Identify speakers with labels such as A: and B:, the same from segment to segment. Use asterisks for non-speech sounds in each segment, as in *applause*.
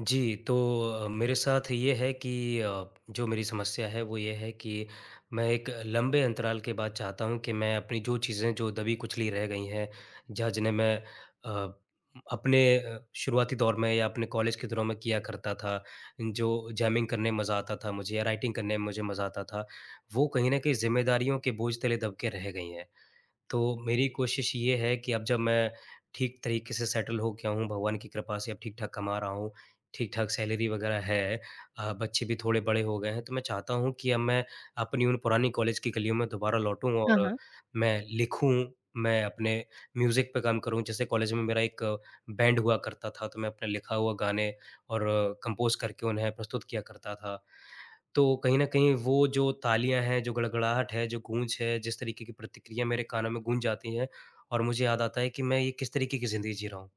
A: जी, तो मेरे साथ ये है कि जो मेरी समस्या है वो ये है कि मैं एक लंबे अंतराल के बाद चाहता हूँ कि मैं अपनी जो चीज़ें जो दबी-कुचली रह गई हैं, जहाँ जिन्हें मैं अ, अपने शुरुआती दौर में या अपने कॉलेज के दिनों में किया करता था, जो जैमिंग करने में मज़ा आता था मुझे या राइटिंग करने में मुझे मज़ा आता था, वो कहीं न कहीं ज़िम्मेदारियों के बोझ तले दब के रह गई हैं। तो मेरी कोशिश ये है कि अब जब मैं ठीक तरीके से सेटल हो गया हूँ, भगवान की कृपा से अब ठीक-ठाक कमा रहा हूँ, ठीक-ठाक सैलरी वग़ैरह है, बच्चे भी थोड़े बड़े हो गए हैं, तो मैं चाहता हूँ कि अब मैं अपनी उन पुरानी कॉलेज की गलियों में दोबारा लौटूँ
B: हाँ,
A: और
B: हाँ।
A: मैं लिखूँ, मैं अपने म्यूज़िक पे काम करूँ। जैसे कॉलेज में मेरा एक बैंड हुआ करता था, तो मैं अपने लिखा हुआ गाने और कंपोज़ करके उन्हें प्रस्तुत किया करता था। तो कहीं न कहीं वो जो तालियाँ हैं, जो गड़गड़ाहट है, जो गूँज है, जिस तरीके की प्रतिक्रिया मेरे कानों में गूँज जाती है और मुझे याद आता है कि मैं ये किस तरीके की ज़िंदगी जी रहा हूँ।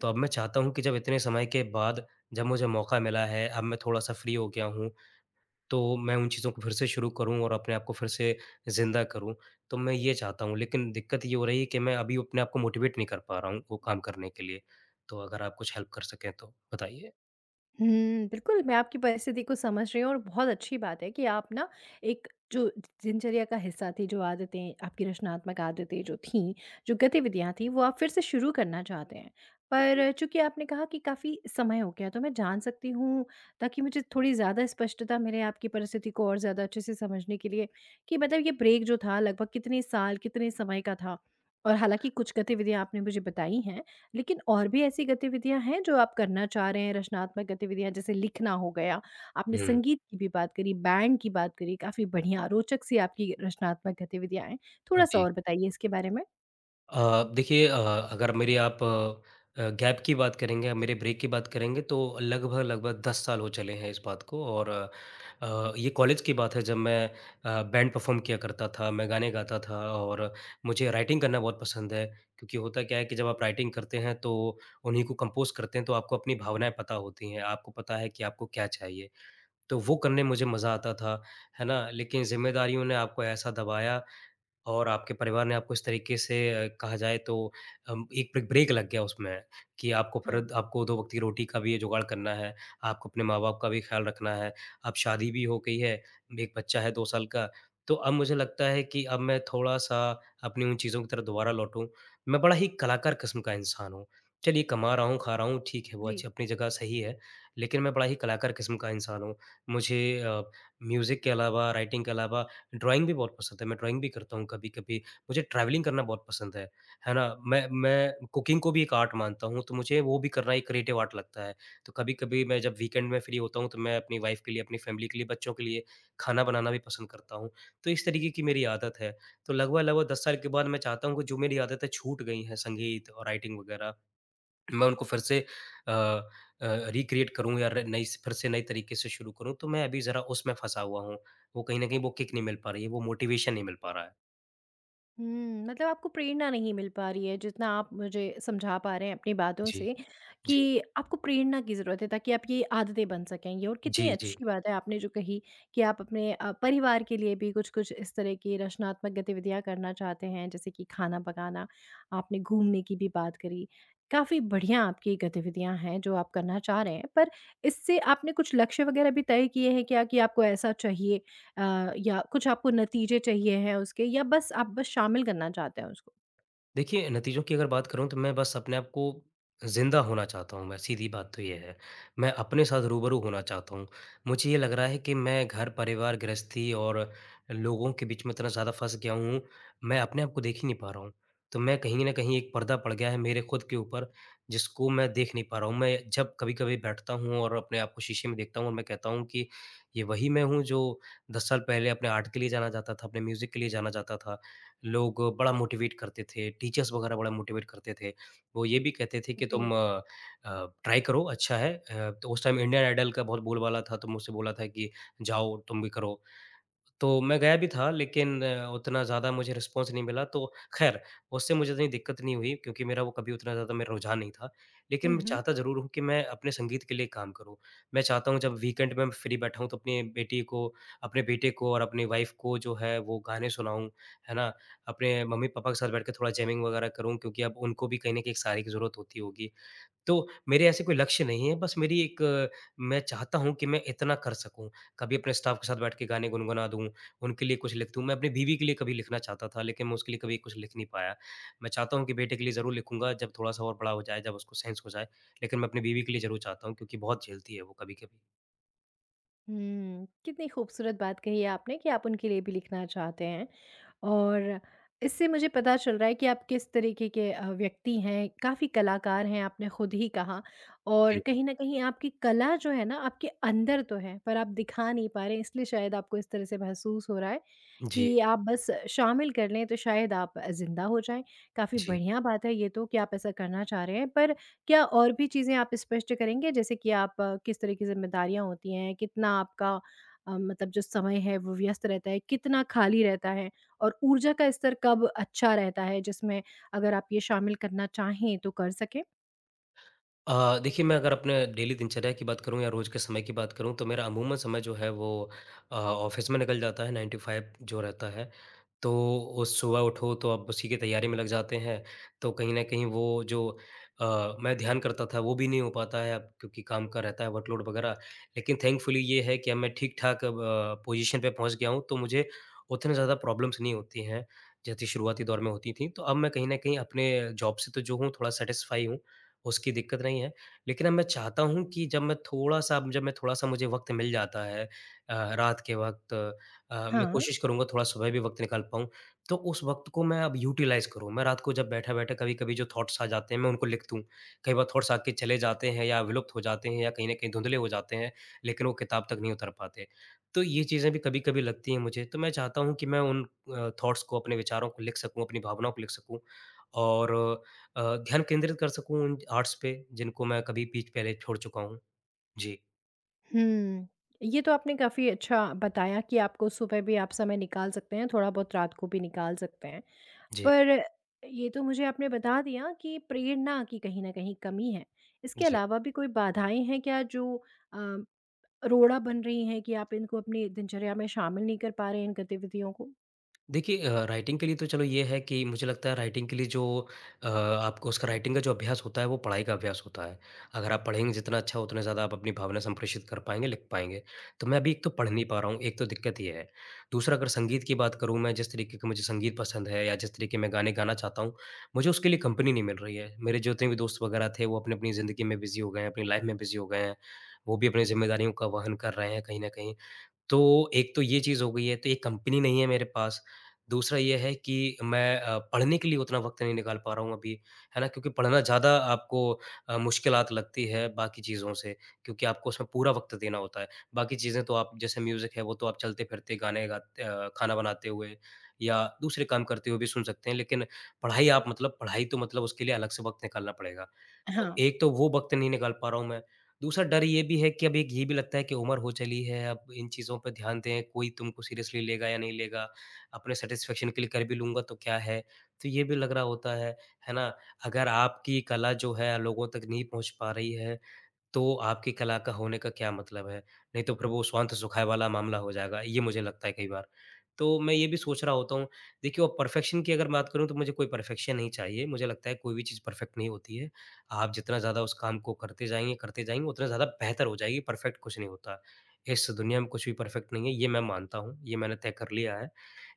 A: तो अब मैं चाहता हूँ कि जब इतने समय के बाद जब मुझे मौका मिला है, अब मैं थोड़ा-सा फ्री हो गया हूँ, तो मैं उन चीज़ों को फिर से शुरू करूँ और अपने आप को फिर से ज़िंदा करूँ। तो मैं ये चाहता हूँ, लेकिन दिक्कत ये हो रही है कि मैं अभी अपने आप को मोटिवेट नहीं कर पा रहा हूँ, वो काम करने के लिए। तो अगर आप कुछ हेल्प कर सकें तो बताइए?
B: हुँ, बिल्कुल, मैं आपकी परिस्थिति को समझ रही हूँ और बहुत अच्छी बात है कि आप ना एक जो दिनचर्या का हिस्सा थी, जो आदतें, आपकी रचनात्मक आदतें जो थीं, जो गतिविधियाँ थीं, वो आप फिर से शुरू करना चाहते हैं। पर चूँकि आपने कहा कि काफ़ी समय हो गया, तो मैं जान सकती हूँ ताकि मुझे थोड़ी ज़्यादा स्पष्टता मिले आपकी परिस्थिति को और ज़्यादा अच्छे से समझने के लिए कि मतलब ये ब्रेक जो था लगभग कितने साल, कितने समय का था? और हालाँकि कुछ गतिविधियाँ आपने मुझे बताई हैं। लेकिन और भी ऐसी गतिविधियाँ हैं जो आप करना चाह रहे हैं, रचनात्मक गतिविधियाँ जैसे लिखना हो गया, आपने
A: हुँ।
B: संगीत की भी बात करी, बैंड की बात करी, काफ़ी बढ़िया रोचक सी आपकी रचनात्मक गतिविधियाँ हैं। थोड़ा-सा
A: जी।
B: और बताइए इसके बारे में?
A: देखिए, अगर मेरी आप गैप की बात करेंगे मेरे ब्रेक की बात करेंगे तो लगभग लगभग 10 साल हो चले हैं इस बात को और ये कॉलेज की बात है जब मैं बैंड परफॉर्म किया करता था, मैं गाने गाता था और मुझे राइटिंग करना बहुत पसंद है। क्योंकि होता क्या है कि जब आप राइटिंग करते हैं तो उन्हीं को कंपोज़ करते हैं तो आपको अपनी भावनाएँ पता होती हैं, आपको पता है कि आपको क्या चाहिए। तो वो करने में मुझे मज़ा आता था, है ना? लेकिन ज़िम्मेदारियों ने आपको ऐसा दबाया और आपके परिवार ने आपको इस तरीके से कहा जाए तो एक ब्रेक ब्रेक लग गया उसमें कि आपको
B: हाँ,
A: फ़र्द आपको 2 वक़्त की रोटी का भी जुगाड़ करना है, आपको अपने माँ-बाप का भी ख़्याल रखना है, अब शादी भी हो गई है, 1 बच्चा है 2 साल का। तो अब मुझे लगता है कि अब मैं थोड़ा-सा अपनी उन चीज़ों की तरफ दोबारा लौटूँ। मैं बड़ा ही कलाकार किस्म का इंसान हूँ। चलिए कमा रहा हूँ, खा रहा हूँ, ठीक है, वो
B: जी।
A: अच्छी अपनी जगह सही है, लेकिन मैं बड़ा ही कलाकार किस्म का इंसान हूँ। मुझे अ, म्यूज़िक के अलावा, राइटिंग के अलावा ड्राइंग भी बहुत पसंद है, मैं ड्राइंग भी करता हूँ कभी-कभी। मुझे ट्रैवलिंग करना बहुत पसंद है ना? मैं कुकिंग को भी एक आर्ट मानता हूँ, तो मुझे वो भी करना एक क्रिएटिव आर्ट लगता है। तो कभी-कभी मैं जब वीकेंड में फ्री होता हूँ, तो मैं अपनी वाइफ़ के लिए, अपनी फ़ैमिली के लिए, बच्चों के लिए खाना बनाना भी पसंद करता हूँ। तो इस तरीके की मेरी आदत है। तो लगभग-लगभग 10 साल के बाद मैं चाहता हूँ कि जो मेरी आदतें छूट गई हैं, संगीत और राइटिंग वगैरह मैं उनको फिर से अ अ, रिक्रिएट करूँ या र नई स फिर से नए तरीके से शुरू करूँ, तो मैं अभी ज़रा उसमें फँसा हुआ हूँ। वो कहीं न कहीं वो किक नहीं मिल पा रही है, वो मोटिवेशन नहीं मिल पा रहा है।
B: मतलब आपको प्रेरणा नहीं मिल पा रही है जितना आप मुझे समझा पा रहे हैं अपनी बातों
A: जी,
B: से कि
A: जी।
B: आपको प्रेरणा की ज़रूरत है ताकि आप ये आदतें बन सकेंगे और कितनी
A: जी, जी।
B: अच्छी बात है आपने जो कही कि आप अपने परिवार के लिए भी कुछ-कुछ इस तरह की रचनात्मक गतिविधियाँ करना चाहते हैं जैसे कि खाना पकाना, आपने घूमने की भी बात करी। काफ़ी बढ़िया आपकी गतिविधियाँ हैं जो आप करना चाह रहे हैं पर इससे आपने कुछ लक्ष्य वग़ैरह भी तय किए हैं क्या कि आपको ऐसा चाहिए या कुछ आपको नतीजे चाहिए हैं उसके या बस आप बस शामिल करना चाहते हैं उसको?
A: देखिए, नतीजों की अगर बात करूँ तो मैं बस अपने आप को ज़िंदा होना चाहता हूँ मैं, सीधी बात तो ये है। मैं अपने साथ रूबरू होना चाहता हूँ। मुझे ये लग रहा है कि मैं घर, परिवार, गृहस्थी और लोगों के बीच में इतना ज़्यादा फँस गया हूँ, मैं अपने आप को देख ही नहीं पा रहा हूँ। तो मैं कहीं न कहीं एक पर्दा पड़ गया है मेरे खुद के ऊपर, जिसको मैं देख नहीं पा रहा हूँ। मैं जब कभी-कभी बैठता हूँ और अपने आप को शीशे में देखता हूँ और मैं कहता हूँ कि ये वही मैं हूँ जो 10 साल पहले अपने आर्ट के लिए जाना जाता था, अपने म्यूज़िक के लिए जाना जाता था। लोग बड़ा मोटिवेट करते थे, टीचर्स वगैरह बड़ा मोटिवेट करते थे। वो ये भी कहते थे कि
B: जी।
A: तुम ट्राई करो अच्छा है। तो उस टाइम इंडियन आइडल का बहुत बोलबाला था, तो मुझसे बोला था कि जाओ तुम भी करो। तो मैं गया भी था लेकिन उतना ज़्यादा मुझे रिस्पॉन्स नहीं मिला तो ख़ैर उससे मुझे इतनी दिक्कत नहीं हुई क्योंकि मेरा वो कभी उतना ज़्यादा मेरा रुझान नहीं था। लेकिन मैं चाहता ज़रूर हूँ कि मैं अपने संगीत के लिए काम करूँ। मैं चाहता हूँ जब वीकेंड में फ्री बैठा हूँ तो अपनी बेटी को अपने बेटे को और अपनी वाइफ़ को जो है वो गाने सुनाऊँ, है ना? अपने मम्मी-पापा के साथ बैठ के थोड़ा जैमिंग वग़ैरह करूँ क्योंकि अब उनको भी कहीं न कहीं एक सहारे की ज़रूरत होती होगी। तो मेरे ऐसे कोई लक्ष्य नहीं है, बस मेरी एक मैं चाहता हूँ कि मैं इतना कर सकूँ। कभी अपने स्टाफ़ के साथ बैठ के गाने गुनगुना दूँ, उनके लिए कुछ लिख दूँ। मैं अपनी बीवी के लिए कभी लिखना चाहता था, लेकिन मैं उसके लिए कभी कुछ लिख नहीं पाया। मैं चाहता हूँ कि बेटे के लिए ज़रूर लिखूँगा जब थोड़ा-सा और बड़ा हो जाए, जब उसको सेंस हो जाए, लेकिन मैं अपनी बीवी के लिए ज़रूर चाहता हूँ क्योंकि बहुत झेलती है वो कभी-कभी।
B: कितनी खूबसूरत बात कही है आपने कि आप उनके लिए भी लिखना चाहते हैं। और इससे मुझे पता चल रहा है कि आप किस तरीके के व्यक्ति हैं, काफ़ी कलाकार हैं आपने खुद ही कहा और
A: जी।
B: कहीं न कहीं आपकी कला जो है ना आपके अंदर तो है, पर आप दिखा नहीं पा रहे हैं इसलिए शायद आपको इस तरह से महसूस हो रहा है
A: जी,
B: कि आप बस शामिल कर लें तो शायद आप ज़िंदा हो जाएँ। काफ़ी
A: जी।
B: बढ़िया बात है ये तो कि आप ऐसा करना चाह रहे हैं पर क्या और भी चीज़ें आप स्पष्ट करेंगे? जैसे कि आप किस तरह की ज़िम्मेदारियाँ होती हैं? कितना आपका मतलब जो समय है वो व्यस्त रहता है? कितना खाली रहता है? और ऊर्जा का स्तर कब अच्छा रहता है जिसमें अगर आप ये शामिल करना चाहें तो कर सकें?
A: देखिए, मैं अगर अपने डेली दिनचर्या की बात करूँ या रोज़ के समय की बात करूँ तो मेरा अमूमन समय जो है वो ऑफ़िस में निकल जाता है, 9 टू 5 जो रहता है। तो उस सुबह उठो तो अब उसी की तैयारी में लग जाते हैं। तो कहीं न कहीं वो जो मैं ध्यान करता था वो भी नहीं हो पाता है अब क्योंकि काम का रहता है वर्कलोड वग़ैरह। लेकिन थैंकफुली ये है कि अब मैं ठीक-ठाक अब पोज़ीशन पे पहुँच गया हूँ तो मुझे उतने ज़्यादा प्रॉब्लम्स नहीं होती हैं, जैसी शुरुआती दौर में होती थी। तो अब मैं कहीं न कहीं अपने जॉब से तो जो हूँ थोड़ा सैटिस्फ़ाई हूँ। उसकी दिक्कत नहीं है। लेकिन अब मैं चाहता हूँ कि जब मैं थोड़ा-सा मुझे वक़्त मिल जाता है, रात के वक़्त, मैं
B: हाँ।
A: कोशिश करूँगा थोड़ा सुबह भी वक़्त निकाल पाऊँ, तो उस वक़्त को मैं अब यूटिलाइज़ करूँ। मैं रात को जब बैठा-बैठा कभी-कभी जो थॉट्स आ जाते हैं, मैं उनको लिख दूँ। कई बार थॉट्स आके चले जाते हैं या विलुप्त हो जाते हैं या कहीं न कहीं धुँधले हो जाते हैं, लेकिन वो किताब तक नहीं उतर पाते। तो ये चीज़ें भी कभी-कभी लगती हैं मुझे, तो मैं चाहता हूँ कि मैं उन थॉट्स को, अपने विचारों को लिख सकूँ, अपनी भावनाओं को लिख सकूँ और अ, ध्यान केंद्रित कर सकूँ उन आर्ट्स पे, जिनको मैं कभी बीच पहले छोड़ चुका हूँ। जी,
B: हुँ। ये तो आपने काफ़ी अच्छा बताया कि आपको सुबह भी आप समय निकाल सकते हैं, थोड़ा बहुत रात को भी निकाल सकते हैं।
A: जी,
B: पर ये तो मुझे आपने बता दिया कि प्रेरणा की कहीं न कहीं कमी है। इसके
A: जी।
B: अलावा भी कोई बाधाएँ हैं क्या जो अ रोड़ा बन रही हैं कि आप इनको अपनी दिनचर्या में शामिल नहीं कर पा रहे हैं इन गतिविधियों को?
A: देखिए, राइटिंग के लिए तो चलो ये है कि मुझे लगता है राइटिंग के लिए जो आपको उसका राइटिंग का जो अभ्यास होता है वो पढ़ाई का अभ्यास होता है। अगर आप पढ़ेंगे जितना अच्छा उतने ज़्यादा आप अपनी भावना संप्रेषित कर पाएँगे, लिख पाएँगे। तो मैं अभी एक तो पढ़ नहीं पा रहा हूँ, एक तो दिक्कत ये है। दूसरा अगर संगीत की बात करूँ मैं जिस तरीके का मुझे संगीत पसंद है या जिस तरीके मैं गाने गाना चाहता हूँ, मुझे उसके लिए कंपनी नहीं मिल रही है। मेरे जितने भी दोस्त वगैरह थे वो अपनी-अपनी ज़िंदगी में बिज़ी हो गए हैं, अपनी लाइफ़ में बिज़ी हो गए हैं। वो भी अपनी ज़िम्मेदारियों का वहन कर रहे हैं कहीं न कहीं। तो एक तो ये चीज़ हो गई है, तो ये कंपनी नहीं है मेरे पास। दूसरा ये है कि मैं पढ़ने के लिए उतना वक़्त नहीं निकाल पा रहा हूँ अभी, है ना? क्योंकि पढ़ना ज़्यादा आपको मुश्किलात लगती है बाकी चीज़ों से, क्योंकि आपको उसमें पूरा वक़्त देना होता है। बाकी चीज़ें तो आप जैसे म्यूज़िक है, वो तो आप चलते-फिरते गाने गाते खाना बनाते हुए या दूसरे काम करते हुए भी सुन सकते हैं, लेकिन पढ़ाई आप मतलब पढ़ाई तो मतलब उसके लिए अलग से वक़्त निकालना पड़ेगा। तो
B: हाँ।
A: एक तो वो वक़्त नहीं निकाल पा रहा हूँ मैं। दूसरा डर ये भी है कि अब एक ये भी लगता है कि उम्र हो चली है, अब इन चीज़ों पे ध्यान दें, कोई तुमको सीरियसली लेगा या नहीं लेगा, अपने सैटिस्फैक्शन के लिए कर भी लूँगा तो क्या है? तो ये भी लग रहा होता है ना? अगर आपकी कला जो है लोगों तक नहीं पहुँच पा रही है, तो आपकी कला का होने का क्या मतलब है? नहीं तो फिर वो स्वांत सुखाए वाला मामला हो जाएगा, ये मुझे लगता है कई बार। तो मैं ये भी सोच रहा होता हूँ, देखिए और परफ़ेक्शन की अगर बात करूँ तो मुझे कोई परफ़ेक्शन नहीं चाहिए, मुझे लगता है कोई भी चीज़ परफ़ेक्ट नहीं होती है। आप जितना ज़्यादा उस काम को करते जाएँगे उतना ज़्यादा बेहतर हो जाएगी, परफ़ेक्ट कुछ नहीं होता। इस दुनिया में कुछ भी परफ़ेक्ट नहीं है, ये मैं मानता हूँ, ये मैंने तय कर लिया है।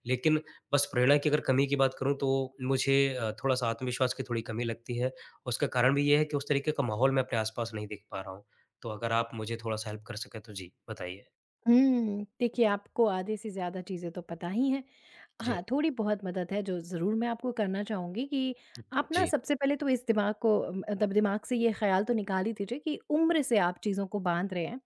A: लेकिन बस प्रेरणा की अगर कमी की बात करूँ तो मुझे थोड़ा-सा आत्मविश्वास की थोड़ी कमी लगती है, उसका कारण भी ये है कि उस तरीके का माहौल मैं अपने आस-पास नहीं देख पा रहा हूँ। तो अगर आप मुझे थोड़ा-सा हेल्प कर सकें तो जी, बताइए?
B: देखिए आपको आधे से ज़्यादा चीज़ें तो पता ही हैं। हाँ,
A: जी,
B: थोड़ी बहुत मदद है जो ज़रूर मैं आपको करना चाहूँगी कि आप ना
A: जी,
B: सबसे पहले तो इस दिमाग को मतलब दिमाग से ये ख़्याल तो निकाल ही दीजिए कि उम्र से आप चीज़ों को बाँध रहे हैं।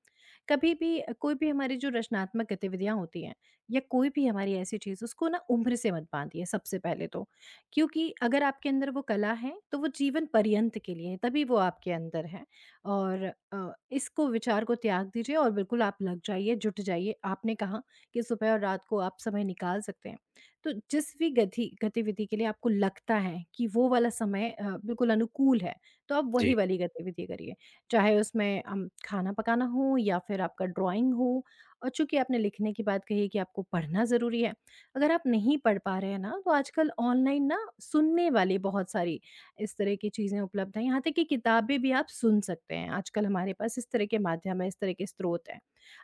B: कभी भी कोई भी हमारी जो रचनात्मक गतिविधियाँ होती हैं या कोई भी हमारी ऐसी चीज़ उसको ना उम्र से मत बाँधिए सबसे पहले तो। क्योंकि अगर आपके अंदर वो कला है तो वो जीवन पर्यंत के लिए है, तभी वो आपके अंदर है। और इसको विचार को त्याग दीजिए और बिल्कुल आप लग जाइए, जुट जाइए। आपने कहा कि सुबह और रात को आप समय निकाल सकते हैं। तो जिस भी गतिविधि के लिए आपको लगता है कि वो वाला समय बिल्कुल अनुकूल है, तो आप वही
A: जी,
B: वाली गतिविधि करिए। चाहे उसमें खाना पकाना हो या फिर आपका ड्राइंग हो और चूँकि आपने लिखने की बात कही है कि आपको पढ़ना ज़रूरी है। अगर आप नहीं पढ़ पा रहे हैं ना, तो आजकल ऑनलाइन ना सुनने वाली बहुत सारी इस तरह की चीज़ें उपलब्ध हैं। यहाँ तक कि किताबें भी आप सुन सकते हैं, आजकल हमारे पास इस तरह के माध्यम हैं, इस तरह के स्रोत हैं।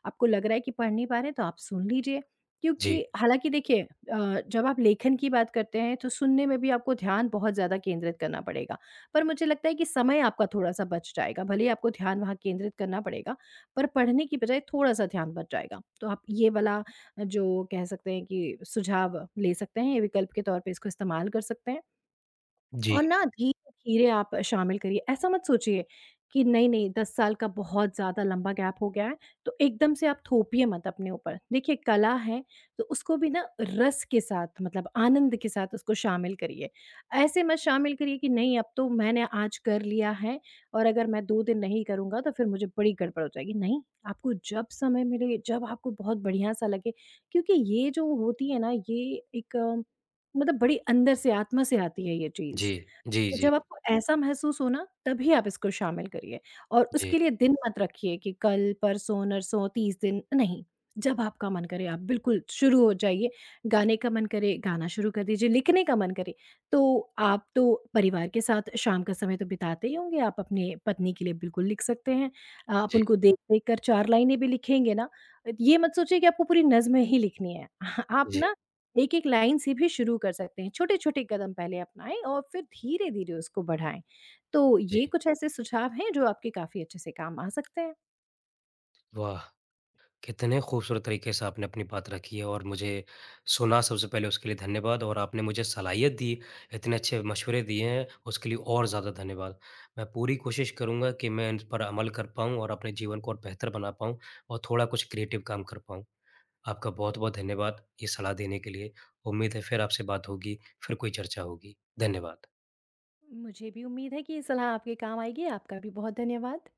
B: आपको लग रहा है कि पढ़ नहीं पा रहे हैं, तो आप सुन लीजिए क्योंकि
A: जी,
B: हालाँकि देखिए जब आप लेखन की बात करते हैं, तो सुनने में भी आपको ध्यान बहुत ज़्यादा केंद्रित करना पड़ेगा। पर मुझे लगता है कि समय आपका थोड़ा-सा बच जाएगा, भले ही आपको ध्यान वहाँ केंद्रित करना पड़ेगा, पर पढ़ने की बजाय थोड़ा-सा ध्यान बच जाएगा। तो आप ये वाला जो कह सकते हैं कि सुझाव ले सकते हैं, ये विकल्प के तौर पे इसको इस्तेमाल कर सकते हैं।
A: जी,
B: और ना धीरे-धीरे आप शामिल करिए। ऐसा मत सोचिए कि नहीं-नहीं 10 साल का बहुत ज़्यादा लंबा गैप हो गया है, तो एकदम से आप थोपिए मत अपने ऊपर। देखिए कला है तो उसको भी ना रस के साथ मतलब आनंद के साथ उसको शामिल करिए। ऐसे मत शामिल करिए कि नहीं अब तो मैंने आज कर लिया है और अगर मैं 2 दिन नहीं करूँगा तो फिर मुझे बड़ी गड़बड़ हो जाएगी। नहीं, आपको जब समय मिले, जब आपको बहुत बढ़िया-सा लगे क्योंकि ये जो होती है ना ये एक मतलब बड़ी अंदर से आत्मा से आती है ये चीज़।
A: जी, जी,
B: तो
A: जी,
B: जब आपको ऐसा महसूस हो ना, तभी आप इसको शामिल करिए और
A: जी,
B: उसके लिए दिन मत रखिए कि कल, परसों, नरसों, 30 दिन, नहीं। जब आपका मन करे आप बिल्कुल शुरू हो जाइए, गाने का मन करे गाना शुरू कर दीजिए, लिखने का मन करे तो आप तो परिवार के साथ शाम का समय तो बिताते ही होंगे, आप अपने पत्नी के लिए बिल्कुल लिख सकते हैं। आप
A: जी,
B: उनको देख-देख कर 4 लाइनें भी लिखेंगे ना, ये मत सोचिए कि आपको पूरी नज़्म ही लिखनी है। *laughs* आप
A: जी,
B: ना एक-एक लाइन से भी शुरू कर सकते हैं। छोटे-छोटे कदम पहले अपनाएँ और फिर धीरे-धीरे उसको बढ़ाएँ। तो
A: जी।
B: ये कुछ ऐसे सुझाव हैं जो आपके काफ़ी अच्छे से काम आ सकते हैं।
A: वाह! कितने खूबसूरत तरीके से आपने अपनी बात रखी है और मुझे सुना सबसे पहले उसके लिए धन्यवाद और आपने मुझे सलाहियत दी, इतने अच्छे मशवरे दिए हैं, उसके लिए और ज़्यादा धन्यवाद। मैं पूरी कोशिश करूँगा कि मैं इन पर अमल कर पाऊँ और अपने जीवन को और बेहतर बना पाऊँ और थोड़ा कुछ क्रिएटिव काम कर पाऊँ। आपका बहुत-बहुत धन्यवाद ये सलाह देने के लिए। उम्मीद है फिर आपसे बात होगी, फिर कोई चर्चा होगी। धन्यवाद।
B: मुझे भी उम्मीद है कि ये सलाह आपके काम आएगी। आपका भी बहुत धन्यवाद।